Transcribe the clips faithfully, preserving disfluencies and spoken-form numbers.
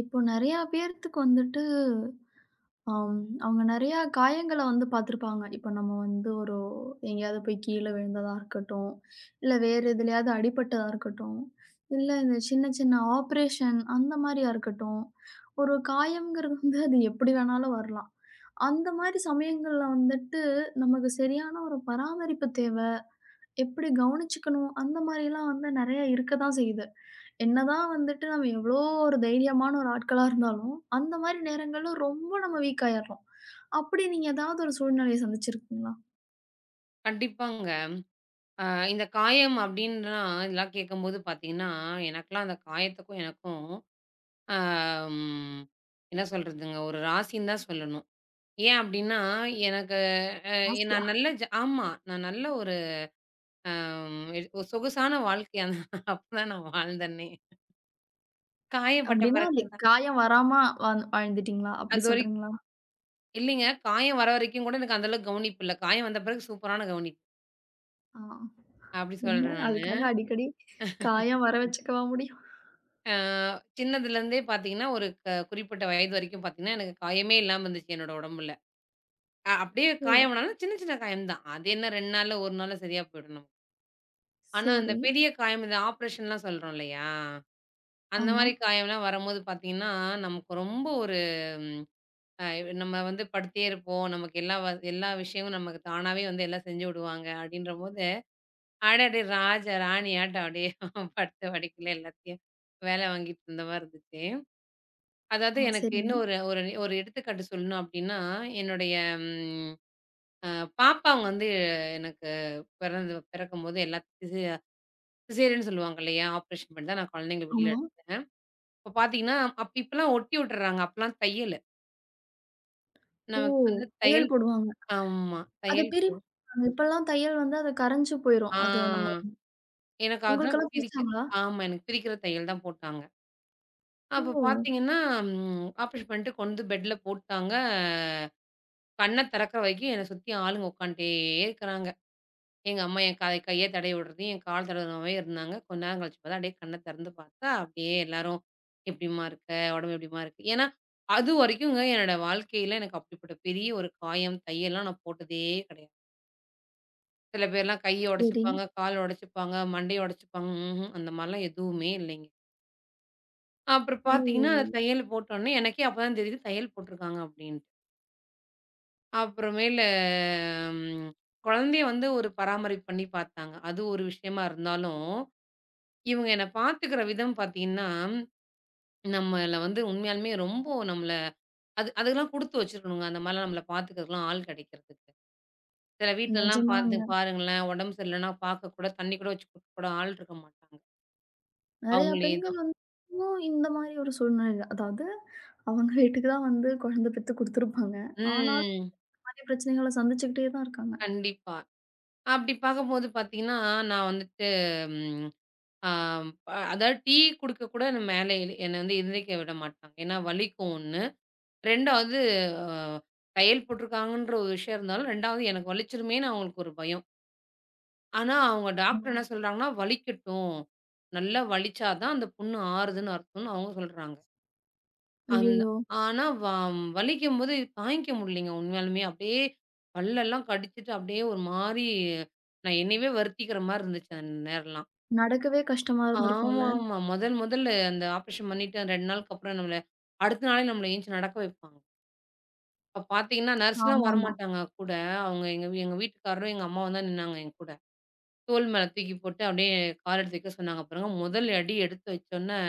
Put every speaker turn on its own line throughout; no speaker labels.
இப்போ நெறையா பேர்த்துக்கு வந்துட்டு, அம் அவங்க நெறையா காயங்கள வந்து பார்த்துருப்பாங்க. இப்ப நம்ம வந்து ஒரு எங்கேயாவது போய் கீழ விழுந்ததா இருக்கட்டும், இல்ல வேற எதுலயாவது அடிபட்டதா இருக்கட்டும், இல்ல இந்த சின்ன சின்ன ஆப்ரேஷன் அந்த மாரியா இருக்கட்டும். ஒரு காயம்ங்கிறது வந்து அது எப்படி வேணாலும் வரலாம். அந்த மாரி சமயங்கள்ல வந்துட்டு நமக்கு சரியான ஒரு பராமரிப்பு தேவ, எப்படி கவனிச்சுக்கணும் அந்த மாரிலாம் வந்து நெறைய இருக்க தான் செய்யுது. என்னதான் வந்துட்டு நம்ம எவ்வளோ ஒரு தைரியமான ஒரு ஆட்களா இருந்தாலும், அந்த மாரி நேரங்கள்ல ரொம்ப நம்ம வீக் ஆயிர்றோம். அப்படி நீங்க ஏதாவது ஒரு சூழ்நிலைய சந்திச்சிருக்கீங்களா?
கண்டிப்பாங்க. அ இந்த காயம் அப்டின்லாம் இதெல்லாம் கேட்கும்போது பார்த்தீங்கன்னா, எனக்கெல்லாம் அந்த காயத்துக்கும் எனக்கும் அம் என்ன சொல்றதுங்க, ஒரு ராசின்னு தான் சொல்லணும். ஏன் அப்டின்னா, எனக்கு அ
ஆசையா?
நான் நல்ல ஜ ஆமா. நான் நல்ல ஒரு அம் ஒரு சொகுசான வாழ்க்கைய அப்பதான் நான் வாழ்ந்தேனே. காயப்பட்ட
அப்படின்னா
பிறகு
அது
தான்
காயம் வராம வாழ்ந் வாழ்ந்துட்டீங்களா? அப்படி
அதுவரைக்கும்
சொல்றீங்களா?
இல்லைங்க. காயம் வர வரைக்கும் கூட எனக்கு அந்த அளவுக்கு கவனிப்பு இல்ல. காயம் வந்த பிறகு சூப்பரான கவனிப்பு.
ஆ
அப்டி
ஏங்க
சொல்றேன் நானு.
அதுக்காக அடிக்கடி காயம் வர வச்சுக்கவா முடியும்?
அ சின்னதுலேருந்தே பார்த்தீங்கன்னா, ஒரு க குறிப்பிட்ட வயது வரைக்கும் பார்த்தீங்கன்னா, எனக்கு காயமே இல்லாம இருந்துச்சு என்னோட உடம்புல. அ அப்படியே
ஓ!
காயம்னாலும் சின்ன சின்ன காயம் தான். அது என்ன ரெண்டு நாள்ல, ஒரு நாள்ல சரியா போயிடும் நமக்கு. ஆனா அந்த
சரி.
பெரிய காயம் இந்த ஆப்ரேஷன்லாம் சொல்றோம் இல்லையா? அந்த
ஆமா.
மாரி காயம்லாம் வரும்போது பார்த்தீங்கன்னா, நமக்கு ரொம்ப ஒரு ம் அ நம்ம வந்து படுத்தே இருப்போம். நமக்கு எல்லா வ எல்லா விஷயமும் நமக்கு தானாவே வந்து எல்லாம் செஞ்சு விடுவாங்க அப்படின்றபோது, அடடே! ராஜா ராணியாட்டம் அப்படியே படுத்த படுக்கையில எல்லாத்தையும் வேலை வாங்கிட்டு இருந்த மாரி இருந்துச்சு. அதாவது
ஆ
எனக்கு
சரிங்க.
இன்னும் ஒரு ஒரு ஒரு எடுத்துக்காட்டு சொல்லணும் அப்டின்னா, என்னுடைய ம் அ பாப்பாங்க வந்து எனக்கு பிறந்து பிறக்கும்போது எல்லாம் சிசே சிசேரியன் சொல்லுவாங்க இல்லையா? ஆப்ரேஷன் பண்ணி தான் நான் குழந்தைங்கள வெளில
ஆமா.
இப்ப பார்த்தீங்கன்னா, அப்ப இப்பலாம் ஒட்டி விட்டுர்றாங்க. அப்பலாம் தையலு.
ஓ!
நமக்கு வந்து தையல்
தையல் போடுவாங்க.
ஆமா.
அத
தையல் போ
பிரிப்பாங்க. இப்பலாம் தையல் வந்து அது கரஞ்சு போயிரும். அது நம்ம
ஆ எனக்கு அதான்
உங்களுக்கெல்லாம்
பிரிக்க
பிரிச்சாங்களா?
ஆமா. எனக்கு பிரிக்கிற தையல் தான் போட்டாங்க. அப்ப
ஓ!
பார்த்தீங்கன்னா, ம் ஆப்ரேஷன் பண்ணிட்டு கொண்டு வந்து பெட்ல போட்டாங்க. கண்ண திறக்கிற வரைக்கும் என்ன சுத்தி ஆளுங்க உட்காந்துட்டே இருக்கிறாங்க. எங்க அம்மா என் கை கைய தடவி விடுறதையும், என் கால் தடவுமாவே இருந்தாங்க. கொஞ்ச நேரம் கழிச்சு பார்த்தா, அப்படியே கண்ண திறந்து பார்த்தா, அப்படியே எல்லாரும் "எப்படிம்மா இருக்க? உடம்பு எப்படிம்மா இருக்கு?" ஏன்னா, அதுவரைக்குங்க என்னோட வாழ்க்கையில எனக்கு அப்படிப்பட்ட பெரிய ஒரு காயம், தையல்லாம் நான் போட்டதே கிடையாது. சில பேர்லாம் கைய
சரி.
உடைச்சுப்பாங்க, கால் உடைச்சுப்பாங்க, மண்டைய உடைச்சுப்பாங்க. ம்ஹ்ம். அந்த மாரிலாம் எதுவுமே இல்லைங்க. அப்புறம் பார்த்தீங்கன்னா, அந்த
ஓ!
தையல் போட்டோனே எனக்கே அப்பதான் தெரியுது தையல் போட்டிருக்காங்க அப்படின்ட்டு. அப்புறமேலு ம் குழந்தைய வந்து ஒரு பராமரிப்பு பண்ணி பார்த்தாங்க. அது ஒரு விஷயமா இருந்தாலும் இவங்க என்ன பார்த்துக்கிற விதம் பார்த்தீங்கன்னா, நம்மள வந்து உண்மையாலுமே ரொம்ப நம்மள அது அதுக்கெல்லாம் குடுத்து வச்சிருக்கணுங்க. அந்த மாரிலாம் நம்மள பார்த்துக்கிறதுக்குலாம் ஆள் கிடைக்கிறதுக்கு. சில வீட்லலாம்
நிஜமாங்க.
பார்த்து பாருங்களேன், உடம்பு சரியில்லன்னா பார்க்க கூட, தண்ணி கூட வச்சு குடுக்க கூட ஆள் இருக்க மாட்டாங்க.
நெறையா
அவங்களே
பெண்கள்
தான்.
வந்து இன்னும் இந்த மாரி ஒரு சூழ்நிலையில அதாவது அவங்க வீட்டுக்கு தான் வந்து குழந்தை பெத்து குடுத்துருப்பாங்க. ஆனாலும்
ம்.
இந்த மாரி பிரச்சனைகள சந்திச்சுக்கிட்டே தான் இருக்காங்க.
கண்டிப்பா. அப்படி பார்க்கும்போது பார்த்தீங்கன்னா, நான் வந்துட்டு ம் ஆ அதாவது டீ குடுக்க கூட மேல என்னை வந்து எந்திரிக்க விட மாட்டாங்க. ஏன்னா வலிக்கும் ஒண்ணு. 2வது அ தையல் போட்டுருக்காங்கன்ற ஒரு விஷயம் இருந்தாலும், 2வது எனக்கு வலிச்சிருமேன்னு அவங்களுக்கு ஒரு பயம். ஆனா, அவங்க டாக்டர் என்ன சொல்றாங்கன்னா, "வலிக்கட்டும். நல்லா வலிச்சா தான் அந்த புண்ணு ஆறுதுன்னு அர்த்தம்ன்னு" அவங்க சொல்றாங்க. அந்த
ஐயய்யோ!
ஆனா வ வலிக்கும்போது தாங்கிக்க முடியலைங்க உண்மையாலுமே. அப்படியே பல்லெல்லாம் கடிச்சிட்டு அப்படியே ஒரு மாரி நான் என்னையவே வருத்திக்கிற மாரி இருந்துச்சு அந்த நேரம்லாம்.
நடக்கவே கஷ்டமா இருந்திருக்கும்ல?
ஆமாமா. முதல் முதல்ல அந்த ஆப்ரேஷன் பண்ணிட்டு ரெண்டு நாளுக்கு அப்புறம் நம்மள அடுத்த நாளே நம்மள எந்திச்சு நடக்க வைப்பாங்க. இப்ப பார்த்தீங்கன்னா, நர்ஸ்லாம்
ஆமாமா.
வரமாட்டாங்க கூட. அவங்க எங்க வீ- எங்க வீட்டுக்காரரும், எங்க அம்மாவும் தான் நின்னாங்க என் கூட. தோள் மேல தூக்கி போட்டு அப்படியே கால் எடுத்து வைக்க சொன்னாங்க பாருங்க. முதல் அடி எடுத்து வச்சோன்னே,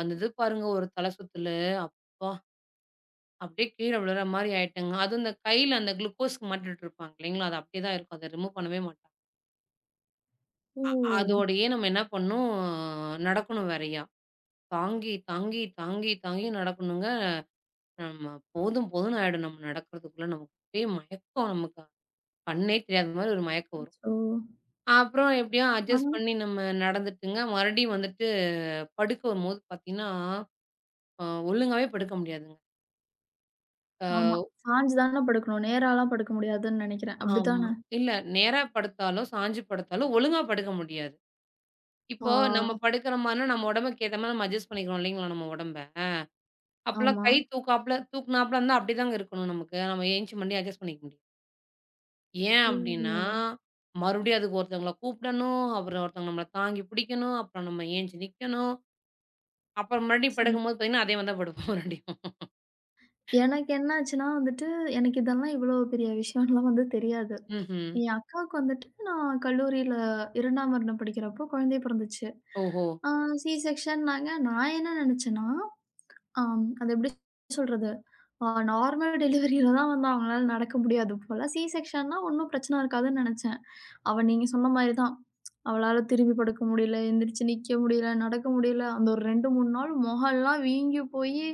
வந்தது பாருங்க ஒரு தல சுத்தலு. அப்பா! அப்படியே கீழ விழுற மாரி ஆயிட்டேங்க. அதுவும் இந்த கையில அந்த குளுக்கோஸ் மாட்டிட்டு இருப்பாங்க இல்லைங்களா? அது அப்படியே தான் இருக்கும். அத ரிமூவ் பண்ணவே மாட்டாங்க.
ஓ!
அ அதோடயே நம்ம என்ன பண்ணணும், நடக்கணும் வேறயா. தாங்கி, தாங்கி, தாங்கி, தாங்கி நடக்கணுங்க. நம்ம போதும் போதும்ன்னு ஆயிடும் நம்ம நடக்கிறதுக்குள்ள. நமக்கு அப்படியே மயக்கம் நமக்கு. கண்ணே தெரியாத மாரி ஒரு மயக்கம் வரும்.
அச்சோ!
அப்புறம் எப்படியோ அட்ஜஸ்ட்
ஆனா
பண்ணி நம்ம நடந்துட்டுங்க. மறுபடியும் வந்துட்டு படுக்கும்போது பார்த்தீங்கன்னா, அ ஒழுங்காவே படுக்க முடியாதுங்க.
ஆமா. சாஞ்சு தான படுக்கணும். நேராலாம் படுக்க முடியாதுன்னு நெனைக்கிறேன்.
ஆமா.
அப்படித்தான?
இல்ல நேரா படுத்தாலும், சாஞ்சு படுத்தாலும் ஒழுங்கா படுக்க முடியாது.
ஆ.
இப்போ நம்ம படுக்கிற மாரினா நம்ம உடம்புக்கு ஏத்த மாரி நம்ம அட்ஜஸ்ட் பண்ணிக்கிறோம் இல்லைங்களா நம்ம உடம்ப. அப்பலாம்
ஆமா.
கை தூக்காப்ல தூக்குனாப்ல இருந்தா அப்படிதாங்க இருக்கணும் நமக்கு. நம்ம எந்திச்சு மறுபடியும் அட்ஜஸ்ட் பண்ணிக்க முடியாது. ஏன் அப்படின்னா,
ஓ!
மறுபடியும் அதுக்கு ஒருத்தவங்கள கூப்பிடணும், அப்புறம் ஒருத்தவங்க நம்மள தாங்கி பிடிக்கணும், அப்புறம் நம்ம எந்திச்சு நிக்கணும். அப்புறம் மறுபடியும்
சரி.
படுக்கும்போது பார்த்தீங்கன்னா, அதே மாரி தான் படுப்போம் மறுபடியும்.
எனக்கு என்ன ஆச்சுன்னா வந்துட்டு, எனக்கு இதெல்லாம் இவ்வளோ பெரிய விஷயம்லாம் வந்து தெரியாது.
ம்ஹ்ம்.
என் அக்காவுக்கு வந்துட்டு நான் கல்லூரியில ரெண்டாம் வருடம் படிக்கிறப்போ குழந்தை பிறந்துச்சு.
ஓஹோ!
ஆ சி செக்ஷன்னாங்க. நான் என்ன நினைச்சேன்னா, அம் அது எப்படி சொல்றது? ஆ நார்மல் டெலிவரியில தான் வந்து அவங்களால நடக்க முடியாது போல. சி செக்ஷன்னா ஒண்ணும் பிரச்சனை இருக்காதுன்னு நினைச்சேன். அவ நீங்க சொன்ன மாரி தான். அவளால திரும்பி படுக்க முடியல, எந்திரிச்சு நிக்க முடியல, நடக்க முடியல. அந்த ஒரு ரெண்டு, மூணு நாள் மொகல்லாம் வீங்கி போயி,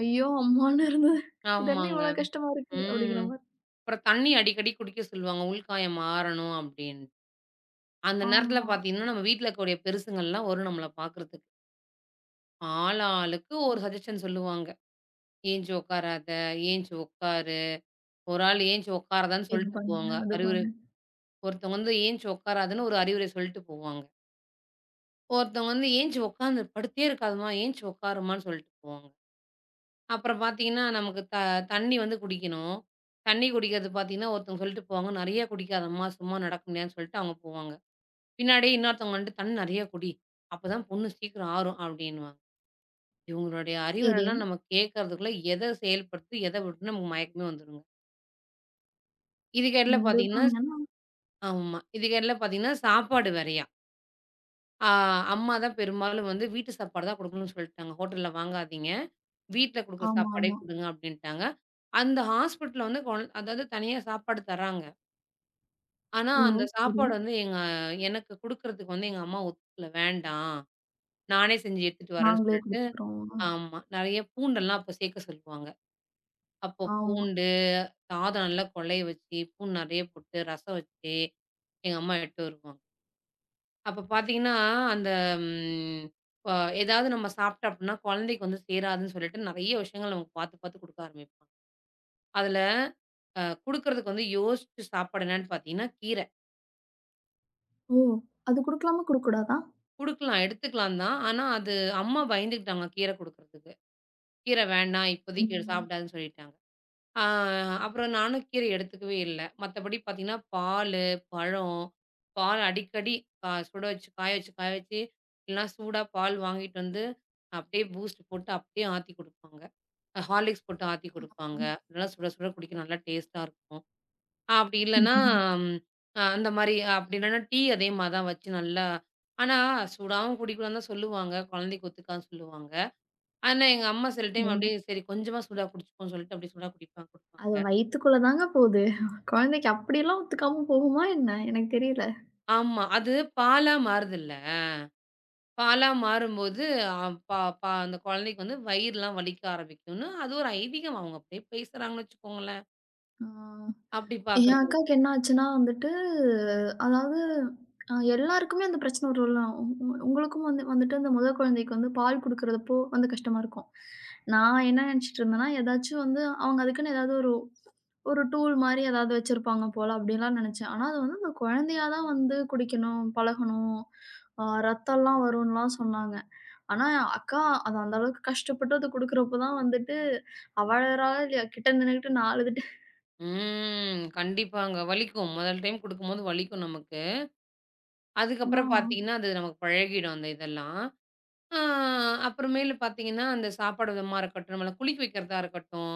ஐயோ! அம்மான்னு இருந்தது. இது என்ன
ஆமாங்க.
இவ்வளோ கஷ்டமா இருக்கு? அப்படிங்கிற
ம்.
மாரி.
அப்புறம் தண்ணி அடிக்கடி குடிக்க சொல்லுவாங்க. உள்காயம் ஆறணும் அப்டின்னு. அந்த நேரத்துல
ஆமா.
பார்த்தீங்கன்னா, நம்ம வீட்ல இருக்கக்கூடிய பெருசுங்கள்லாம் வரும் நம்மள பார்க்குறதுக்கு. ஆளாளுக்கு ஒரு சஜெஷன் சொல்லுவாங்க. "ஏஞ்சு உட்காராத, ஏஞ்சு உட்காரு." ஒரு ஆள் ஏஞ்சு உட்காராதன்னு
இது
சொல்லிட்டு
பண்ணு,
போவாங்க.
அது
அறிவுரை.
பண்ணு.
ஒருத்தவங்க வந்து ஏஞ்சு உட்காராதன்னு ஒரு அறிவுரை சொல்லிட்டு போவாங்க. ஒருத்தவங்க வந்து "ஏஞ்சு உட்காந்து படுத்தே இருக்காதம்மா, ஏஞ்சு உட்காருமான்னு" சொல்லிட்டு போவாங்க. அப்புறம் பார்த்தீங்கன்னா, நமக்கு த தண்ணி வந்து குடிக்கணும். தண்ணி குடிக்கிறது பார்த்தீங்கன்னா, ஒருத்தவங்க சொல்லிட்டு போவாங்க, "நெறைய குடிக்காதம்மா, சும்மா நடக்க முடியாதுன்னு" சொல்லிட்டு அவங்க போவாங்க. பின்னாடியே இன்னொருத்தவங்க வந்துட்டு, "தண்ணி நெறைய குடி, அப்பதான் புண்ணு சீக்கிரம் ஆறும்" அப்படின்னுவாங்க. இவங்களுடைய
சரி.
அறிவுரைலாம் நம்ம கேட்கறதுக்குள்ள எத செயல்படுத்தி, எத விட்டுன்னு நமக்கு மயக்கமே வந்துருங்க. இதுக்கெடையில பார்த்தீங்கன்னா
கண்டிப்பாங்க. ஏன்னா
ஆமா. இதுக்கெடையில பார்த்தீங்கன்னா, சாப்பாடு வேறயா. ஆ அம்மா தான் பெரும்பாலும் வந்து வீட்டு சாப்பாடு தான் குடுக்கணும்னு சொல்லிட்டாங்க. "ஹோட்டல்ல வாங்காதீங்க. வீட்ல குடுக்குற
ஆமா,
சாப்பாடே
ஆமா.
குடுங்க அப்டின்ட்டாங்க. அந்த ஹாஸ்பிட்டல்ல வந்து கொழ அதாவது தனியா சாப்பாடு தர்றாங்க. ஆனா,
ஓ!
அந்த
சரி.
சாப்பாடு வந்து எங்க எனக்கு குடுக்குறதுக்கு வந்து எங்க அம்மா ஒத்துக்கல. வேண்டாம். நானே செஞ்சு எடுத்துட்டு வரேன்னு
நாங்களே
சொல்லிட்டு
குடுத்துக்கிறோம்.
ஆமா. நெறைய பூண்டெல்லாம் அப்ப சேக்க சொல்லுவாங்க. அப்போ
ஆமா.
பூண்டு, சாதம் நல்லா கொழைய வச்சு, பூண்டு நெறைய போட்டு, ரசம் வச்சு எங்க அம்மா எடுத்துட்டு வருவாங்க. அப்ப பாத்தீங்கன்னா, அந்த ம் ப ஏதாவது நம்ம சாப்ட்டோம் அப்டின்னா, கொழந்தைக்கு வந்து சேராதுன்னு சொல்லிட்டு நெறைய விஷயங்கள் நமக்கு பாத்து, பாத்து குடுக்க ஆரம்பிப்பாங்க. அதுல அ குடுக்குறதுக்கு வந்து யோசிச்சு சாப்பாடு என்னன்னு பார்த்தீங்கன்னா, கீர.
ஓ! அது குடுக்கலாமா? குடுக்கக்கூடாதா?
குடுக்கலாம், எடுத்துக்கலாம் தான். ஆனா, அது அம்மா பயந்துக்கிட்டாங்க கீர குடுக்குறதுக்கு. கீர வேண்டாம், இப்போதைக்கு
ம்.
சாப்பிடாதுன்னு சொல்லிட்டாங்க. ஆ அப்புறம் நானும் கீர எடுத்துக்கவே இல்ல. மத்தபடி பார்த்தீங்கன்னா, பாலு, பழம், பால் அடிக்கடி அ சுட வச்சு, காய வச்சு, காய வச்சு இல்லனா சூடா பால் வாங்கிட்டு வந்து, அப்படியே பூஸ்ட் போட்டு அப்படியே ஆத்தி குடுப்பாங்க. ஹார்லிக்ஸ் போட்டு ஆத்தி குடுப்பாங்க.
ஆமா.
நல்லா சுட சுட குடிக்க நல்லா டேஸ்ட்டா இருக்கும். ஆஹ் அப்படி இல்லன்னா, ம் அ அந்த மாரி அப்படி இல்லன்னா டீ அதே மாரி தான் வச்சு நல்லா ஆனா சூடாவும் குடிக்கலான்னு தான் சொல்லுவாங்க. குழந்தைக்கு ஒத்துக்காதுன்னு சொல்லுவாங்க. ஆனா எங்க அம்மா சில டைம்
ஏங்க,
அப்படியே சரி கொஞ்சமா சூடா குடிச்சுக்கோன்னு சொல்லிட்டு அப்படியே சூடா குடிப்பாங்க குடுப்பாங்க.
அது வயித்துக்குள்ள தாங்க போது. குழந்தைக்கு அப்படிலாம் ஒத்துக்காம போகுமா என்ன? எனக்கு தெரியல.
ஆமா. அது பாலா மாறுதுல்ல. பாலா மாறும்போது அ பா பா அந்த குழந்தைக்கு வந்து வயிறுலாம் வலிக்க ஆரம்பிக்கும்னு அது ஒரு ஐதீகம். அவங்க அப்படியே பேசுறாங்கன்னு வச்சுக்கோங்களேன்.
ஆ
அப்படி
என்
பார்க்கறது இருக்கு.
அக்காவுக்கு என்ன ஆச்சுன்னா வந்துட்டு, அதாவது அ எல்லாருக்குமே அந்த பிரச்சனை வரும்ல. உ உ உங்களுக்கும் வந்து வந்துட்டு அந்த முதல் குழந்தைக்கு வந்து பால் குடுக்குறதப்போ வந்து கஷ்டமா இருக்கும். நான் என்ன நெனச்சுட்டு இருந்தேன்னா, ஏதாச்சும் வந்து அவங்க அதுக்குன்னு ஏதாவது ஒரு ஒரு டூல் மாரி ஏதாவது வச்சிருப்பாங்க போல அப்டின்லாம் நெனச்சேன். ஆனா அது வந்து அந்த குழந்தையா தான் வந்து குடிக்கணும், பழகணும். ஆ ரத்தம்லாம் வரும்ன்லாம் சொன்னாங்க. ஆனா அக்கா அது அந்த அளவுக்கு கஷ்டப்பட்டு அத குடுக்குறப்போ தான் வந்துட்டு அவாளராளா இல்லையா கிட்ட நின்னுகிட்டு நான் அழுதுட்டேன்.
ம். கண்டிப்பாங்க. வலிக்கும். முதல் டைம் குடுக்கும்போது வலிக்கும் நமக்கு. அதுக்கப்புறம்
தான்
பார்த்தீங்கன்னா, அது நமக்கு பழகிடும் அந்த இதெல்லாம். ஆ அப்புறமேலு பார்த்தீங்கன்னா, அந்த சாப்பாடு விதமா இருக்கட்டும், நம்மள குளிக்க வைக்கிறதா இருக்கட்டும்,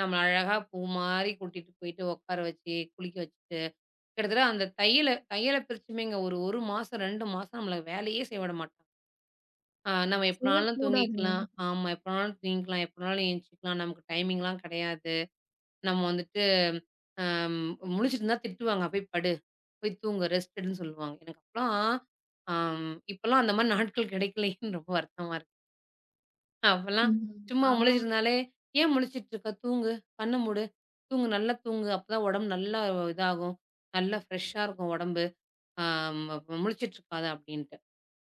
நம்மள அழகா பூ மாரி கூட்டிட்டு போயிட்டு உட்கார வச்சு, குளிக்க வச்சுட்டு, கிட்டத்தட்ட அந்த தையல தையல பிரிச்சுமேங்க ஒரு 1 மாசம், ரெண்டு மாசம் நம்மள வேலையே செய்ய விட மாட்டாங்க. ஆ நம்ம எப்பனாலும்
செய்யக்கூடாதுங்க.
தூங்கிக்கலாம். ஆமா எப்பனாலும் தூங்கிக்கலாம், எப்பனாலும் எந்திச்சிக்கலாம். நமக்கு டைமிங்லாம் கிடையாது. நம்ம வந்துட்டு அம் முழிச்சிட்டு இருந்தா திட்டுவாங்க. "போய் படு. போய் தூங்கு. ரெஸ்ட் எடுன்னு" சொல்லுவாங்க. எனக்கு அப்பலாம் அம் இப்பலாம் அந்த மாரி நாட்கள் கிடைக்கலையேன்னு ரொம்ப வருத்தமா இருக்கு. அப்பலாம்
ம்.
சும்மா
ஆனா
முழிச்சிருந்தாலே, "ஏன் முழிச்சிட்டு இருக்க? தூங்கு. கண்ண மூடு. தூங்கு. நல்லா தூங்கு. அப்பதான் உடம்பு நல்லா இதாகும். நல்லா ஃப்ரெஷ்ஷா இருக்கும் உடம்பு. அ ம முழிச்சிட்டு இருக்காத" அப்படின்ட்டு.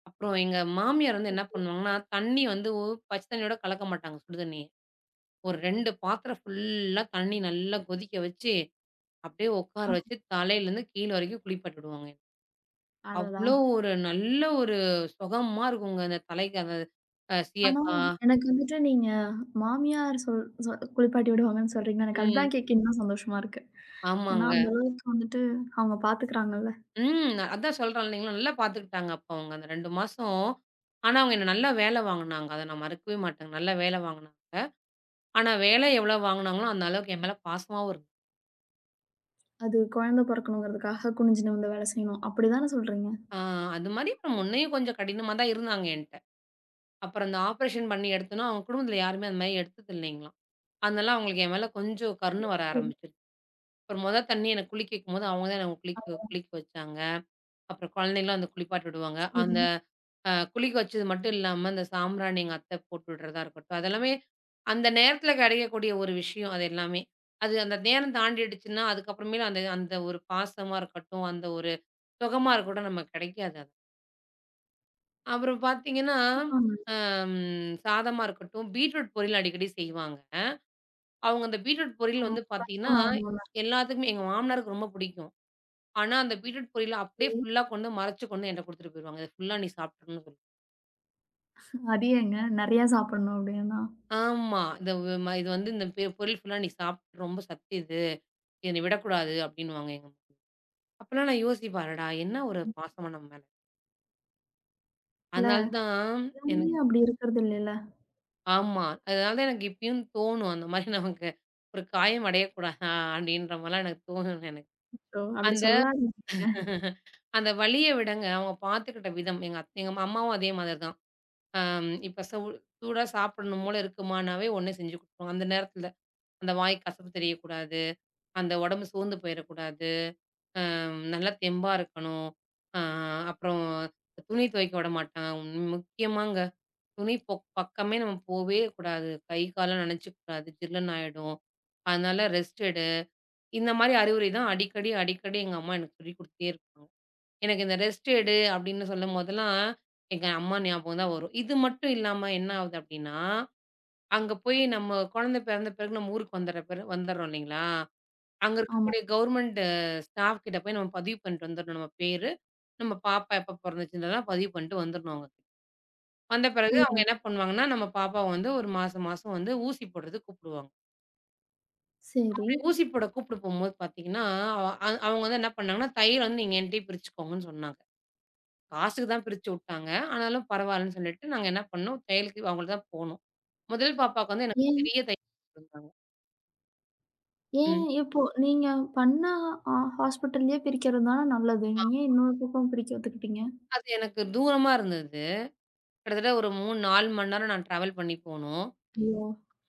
அப்புறம் எங்க மாமியார் வந்து என்ன பண்ணுவாங்கன்னா, தண்ணி வந்து பச்ச தண்ணியோட கலக்க மாட்டாங்க சுடுதண்ணிய. ஒரு ரெண்டு பாத்திரம் ஃபுல்லா தண்ணி நல்லா கொதிக்க வச்சு அப்படியே உட்கார
அ
வச்சு தலையிலேருந்து கீழ வரைக்கும் குளிப்பாட்டிடுவாங்க.
அடடா!
அவ்ளோ ஒரு நல்ல ஒரு சுகமா இருக்குங்க. அந்த தலைக்கு அந்த அ
ஆனா
சீயக்கா
எனக்கு வந்துட்டு நீங்க மாமியார் சொல் சொ குளிப்பாட்டி விடுவாங்கன்னு சொல்றீங்க. எனக்கு
ம்.
அதுதான் கேட்க இன்னும் சந்தோஷமா இருக்கு. ஏன்னா
ஆமாங்க.
அந்த அளவுக்கு வந்துட்டு அவங்க பாத்துக்கிறாங்கல்ல.
ம். நான் அதான் சொல்றேன் இல்லைங்களா, நல்லா பார்த்துக்கிட்டாங்க அப்ப அவங்க அந்த ரெண்டு மாசம். ஆனா, அவங்க என்ன நல்லா வேலை வாங்குனாங்க. அத நான் மறக்கவே மாட்டேங்க. நல்லா வேலை வாங்குனாங்க. ஆனா, வேலை எவ்வளோ வாங்குனாங்களோ, அந்த அளவுக்கு என் மேல பாசமாவும் இருந்தாங்க.
அது குழந்தை பொறக்கணுங்கிறதுக்காக குனிஞ்சு நிமிர்ந்து வேலை செய்யணும். அப்படிதானே சொல்றீங்க?
ஆ அது மாரி அப்புறம் முன்னயும் கொஞ்சம் கடினமா தான் இருந்தாங்க என்ட்ட. அப்புறம் இந்த ஆப்ரேஷன் பண்ணி எடுத்தோன்னா, அவங்க குடும்பத்தில யாருமே அந்த மாரி எடுத்தது இல்லைங்களாம். அதனால அவங்களுக்கு என் மேல கொஞ்சம் கருணை வர
ம்.
ஆரம்பிச்சு அப்புறம் மொத தண்ணி எனக்கு குளிக்க வைக்கும்போது, அவங்க தான் எனக்கு குளிக்க குளிக்க வச்சாங்க. அப்புறம் குழந்தைங்களும் வந்து குளிப்பாட்டி விடுவாங்க. அந்த
சரிங்க.
அ குளிக்க வச்சது மட்டும் இல்லாம, அந்த சாம்பிராணி எங்க அத்தை போட்டு விடுறதா இருக்கட்டும், அதெல்லாமே அந்த நேரத்தில கிடைக்கக்கூடிய ஒரு விஷயம் அது எல்லாமே. அது அந்த நேரம் தாண்டிடுச்சுன்னா, அதுக்கப்புறமேலு அந்த அந்த ஒரு பாசமா இருக்கட்டும், அந்த ஒரு சுகமா இருக்கட்டும் நமக்கு கிடைக்காது அது. அப்புறம் பார்த்தீங்கன்னா,
கண்டிப்பாங்க.
அம் சாதமா இருக்கட்டும், பீட்ரூட் பொரியல் அடிக்கடி செய்வாங்க. அவங்க அந்த பீட்ரூட் பொரியல்
ஆமா.
வந்து பார்த்தீங்கன்னா,
ரத்தம் வரணும்
எல்லாத்துக்குமே எங்க மாமனாருக்கு ரொம்ப பிடிக்கும். ஆனா, அந்த பீட்ரூட் பொரியல அப்படியே
நெறைய.
ஃபுல்லா கொண்டு மறைச்சு கொண்டு என்ட்ட குடுத்துட்டு போயிருவாங்க. "இத ஃபுல்லா நீ சாப்ட்டுறணும்னு சொல்லி."
அது ஏங்க நெறையா சாப்பிடணும் அப்படின்னா?
ஆமா. "இந்த வ் ம இது வந்து இந்த பெ பொரியல் ஃபுல்லா நீ சாப்ட்டு ரொம்ப சத்து இது. இத நீ விடக்கூடாது." அப்படின்னுவாங்க எங்க அம்மா. அப்பலாம் நான் யோசிப்பேன், "அடடா! என்ன ஒரு பாசமா நம்ம மேல."
இல்ல
அதனால தான்
எல்லாருமே
எனக்கு
அப்படி இருக்கிறது இல்லல்ல.
ஆமா. அதனால தான் எனக்கு இப்பயும் தோணும், அந்த மாரி நமக்கு ஒரு காயம் அடையக்கூடாதா? அப்படின்ற மாரிலாம் எனக்கு தோணும் எனக்கு.
சோ அப்படி
அந்த
சொல்லாதீங்க.
அந்த வலிய விடங்க அவங்க பார்த்துக்கிட்ட விதம், எங்க அத் எங்க அம்மாவும் அதே மாதிரி தான். அம் இப்ப சூ சூடா சாப்பிடணும் போல இருக்குமானாவே உடனே செஞ்சு குடுத்துருவாங்க. அந்த நேரத்துல அந்த வாய் கசப்பு தெரியக்கூடாது. அந்த உடம்பு சோர்ந்து போயிறக்கூடாது. நல்லா தெம்பா இருக்கணும். அ அப்புறம் துணி துவைக்க விடமாட்டாங்க. முக்கியமாங்க. துணி பொ பக்கமே நம்ம போவே கூடாது. கை கால்லாம் நனச்சுக்கக்கூடாது. ஜில்லுன்னு ஆயிடும். அதனால ரெஸ்ட் எடு. இந்த மாரி அறிவுரை தான் அடிக்கடி, அடிக்கடி எங்க அம்மா எனக்கு சொல்லிக் குடுத்துட்டே இருப்பாங்க. எனக்கு இந்த ரெஸ்ட் எடு அப்படின்னு சொல்லும்போதெல்லாம் எங்க அம்மா ஞாபகம் தான் வரும். இது மட்டும் இல்லாம என்ன ஆகுது அப்படின்னா அங்க போய் நம்ம குழந்தை பிறந்த பிறகு நம்ம ஊருக்கு வந்துற பிறகு வந்துர்றோம் இல்லைங்களா? அங்க
ஆமா.
இருக்கக்கூடிய கவர்மெண்ட் ஸ்டாஃப் கிட்ட போய் நம்ம பதிவு பண்ணிட்டு வந்துரணும். நம்ம பேரு, நம்ம பாப்பா எப்ப பொறந்துச்சுன்றதெல்லாம் பதிவு பண்ணிட்டு வந்துரணும் அவங்க. கிட்ட வந்த பிறகு
ஓ!
அவங்க என்ன பண்ணுவாங்கன்னா, நம்ம பாப்பாவ வந்து ஒரு மாசம் மாசம் வந்து ஊசி போடுறதுக்கு கூப்பிடுவாங்க.
சரி.
அப்படி ஊசி போட கூப்பிட போம்போது பார்த்தீங்கன்னா, அவ அ- அவங்க வந்து என்ன பண்ணாங்கன்னா, "தையல் வந்து நீங்க என்ட்டயே பிரிச்சுக்கோங்கன்னு" சொன்னாங்க. காசுக்கு தான் பிரிச்சு விட்டாங்க. ஆனாலும் பரவாயில்லன்னு சொல்லிட்டு நாங்க என்ன பண்ணோம், தையலுக்கு அவங்களுக்கு தான் போனோம். முதல் பாப்பாவுக்கு வந்து எனக்கு
ஏன்
பெரிய தையல் போட்டிருந்தாங்க.
ஏன்
ம்.
இப்போ நீங்க பண்ண அ ஹாஸ்பிட்டல்லயே பிரிக்கிறது தானே நல்லது. நீங்க ஏன் இன்னொரு பக்கம் பிரிக்க ஒத்துக்கிட்டீங்க?
அது எனக்கு தூரமா இருந்தது. கிட்டத்தட்ட ஒரு மூணு, நாலு மணி நேரம் நான் ட்ராவல் பண்ணி போணும்.
ஐயோ!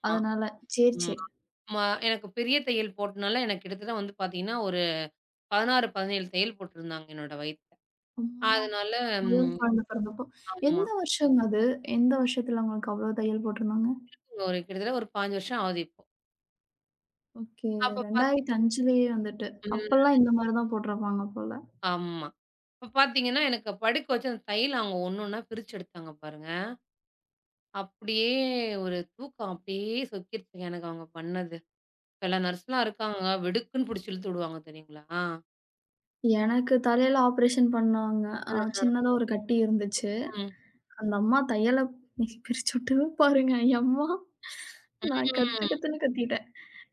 ஆமா,
அதனால. சரி,
ம்.
சரி.
ஆமா. ம- எனக்கு பெரிய தையல் போட்டனால எனக்கு கிட்டத்தட்ட வந்து பார்த்தீங்கன்னா, ஒரு பதினாறு, பதினேழு தையல் போட்டிருந்தாங்க என்னோட வயித்துல.
அம்மா!
அதனால
அதுவும்
ம்
குழந்தை பிறந்தப்போ.
ஆமா.
எந்த வருஷங்க அது? எந்த வருஷத்துல உங்களுக்கு அவ்வளோ தையல் போட்டிருந்தாங்க?
ஒரு கிட்டத்தட்ட ஒரு அஞ்சு வருஷம் ஆகுது இப்போ.
ஓகே.
அப்ப பாத்தீ
ரெண்டாயிரத்து ஐந்துலயே வந்துட்டு.
ம்.
அப்பல்லாம் இந்த மாரி தான் போட்டிருப்பாங்க போல.
ஆமா. இப்ப பார்த்தீங்கன்னா, எனக்கு படுக்க வச்சு அந்த தையல் அவங்க ஒண்ணு ஒண்ணா பிரிச்சு எடுத்தாங்க பாருங்க. அப்படியே ஒரு தூக்கம் அப்படியே சொக்கிருச்சுங்க எனக்கு அவங்க பண்ணது. சில நர்ஸ்லாம் இருக்காங்க, வெடுக்குன்னு புடிச்சு இழுத்து விடுவாங்க தெரியுங்களா?
எனக்கு தலையில ஆப்ரேஷன் பண்ணாங்க. அ சின்னதா ஒரு கட்டி இருந்துச்சு.
ம்.
அந்த அம்மா தையல பிரிச்சு விட்டது பாருங்க. எம்மா! நான் கத்து
ம்.
கத்துன்னு கத்திட்டேன்.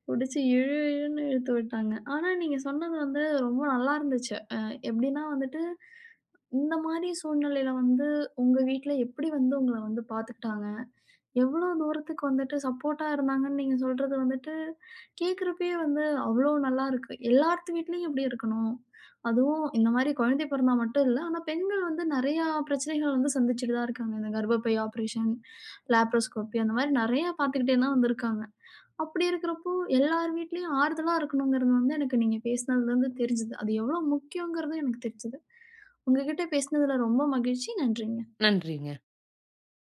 புடிச்சு இழு இழுன்னு இழுத்து விட்டாங்க. ஆனா நீங்க சொன்னது வந்து ரொம்ப நல்லா இருந்துச்சு. அ எப்படின்னா வந்துட்டு, இந்த மாரி சூழ்நிலையில வந்து உங்க வீட்ல எப்படி வந்து உங்கள வந்து பார்த்துக்கிட்டாங்க? எவ்வளோ தூரத்துக்கு வந்துட்டு சப்போர்ட்டா இருந்தாங்கன்னு நீங்க சொல்றது வந்துட்டு, கேட்கறப்பயே வந்து அவ்வளோ நல்லாருக்கு. எல்லார்த்து வீட்லயும் இப்படி இருக்கணும். அதுவும் இந்த மாரி குழந்தை பிறந்தா மட்டும் இல்ல. ஆனா பெண்கள் வந்து நெறையா பிரச்சனைகள் வந்து சந்திச்சுட்டு தான் இருக்காங்க. இந்த கர்ப்பப்பை ஆப்ரேஷன், லேப்ரோஸ்கோப்பி அந்த மாரி நெறையா பார்த்துக்கிட்டே தான் வந்திருக்காங்க. அப்படி இருக்கிறப்போ, எல்லார் வீட்லயும் ஆறுதலா இருக்கணுங்கிறது வந்து எனக்கு நீங்க பேசினதுலருந்து தெரிஞ்சுது. அது எவ்வளோ முக்கியங்கிறதும் எனக்கு தெரிஞ்சுது. உங்ககிட்ட பேசினதுல ரொம்ப மகிழ்ச்சி. நன்றிங்க.
நன்றிங்க.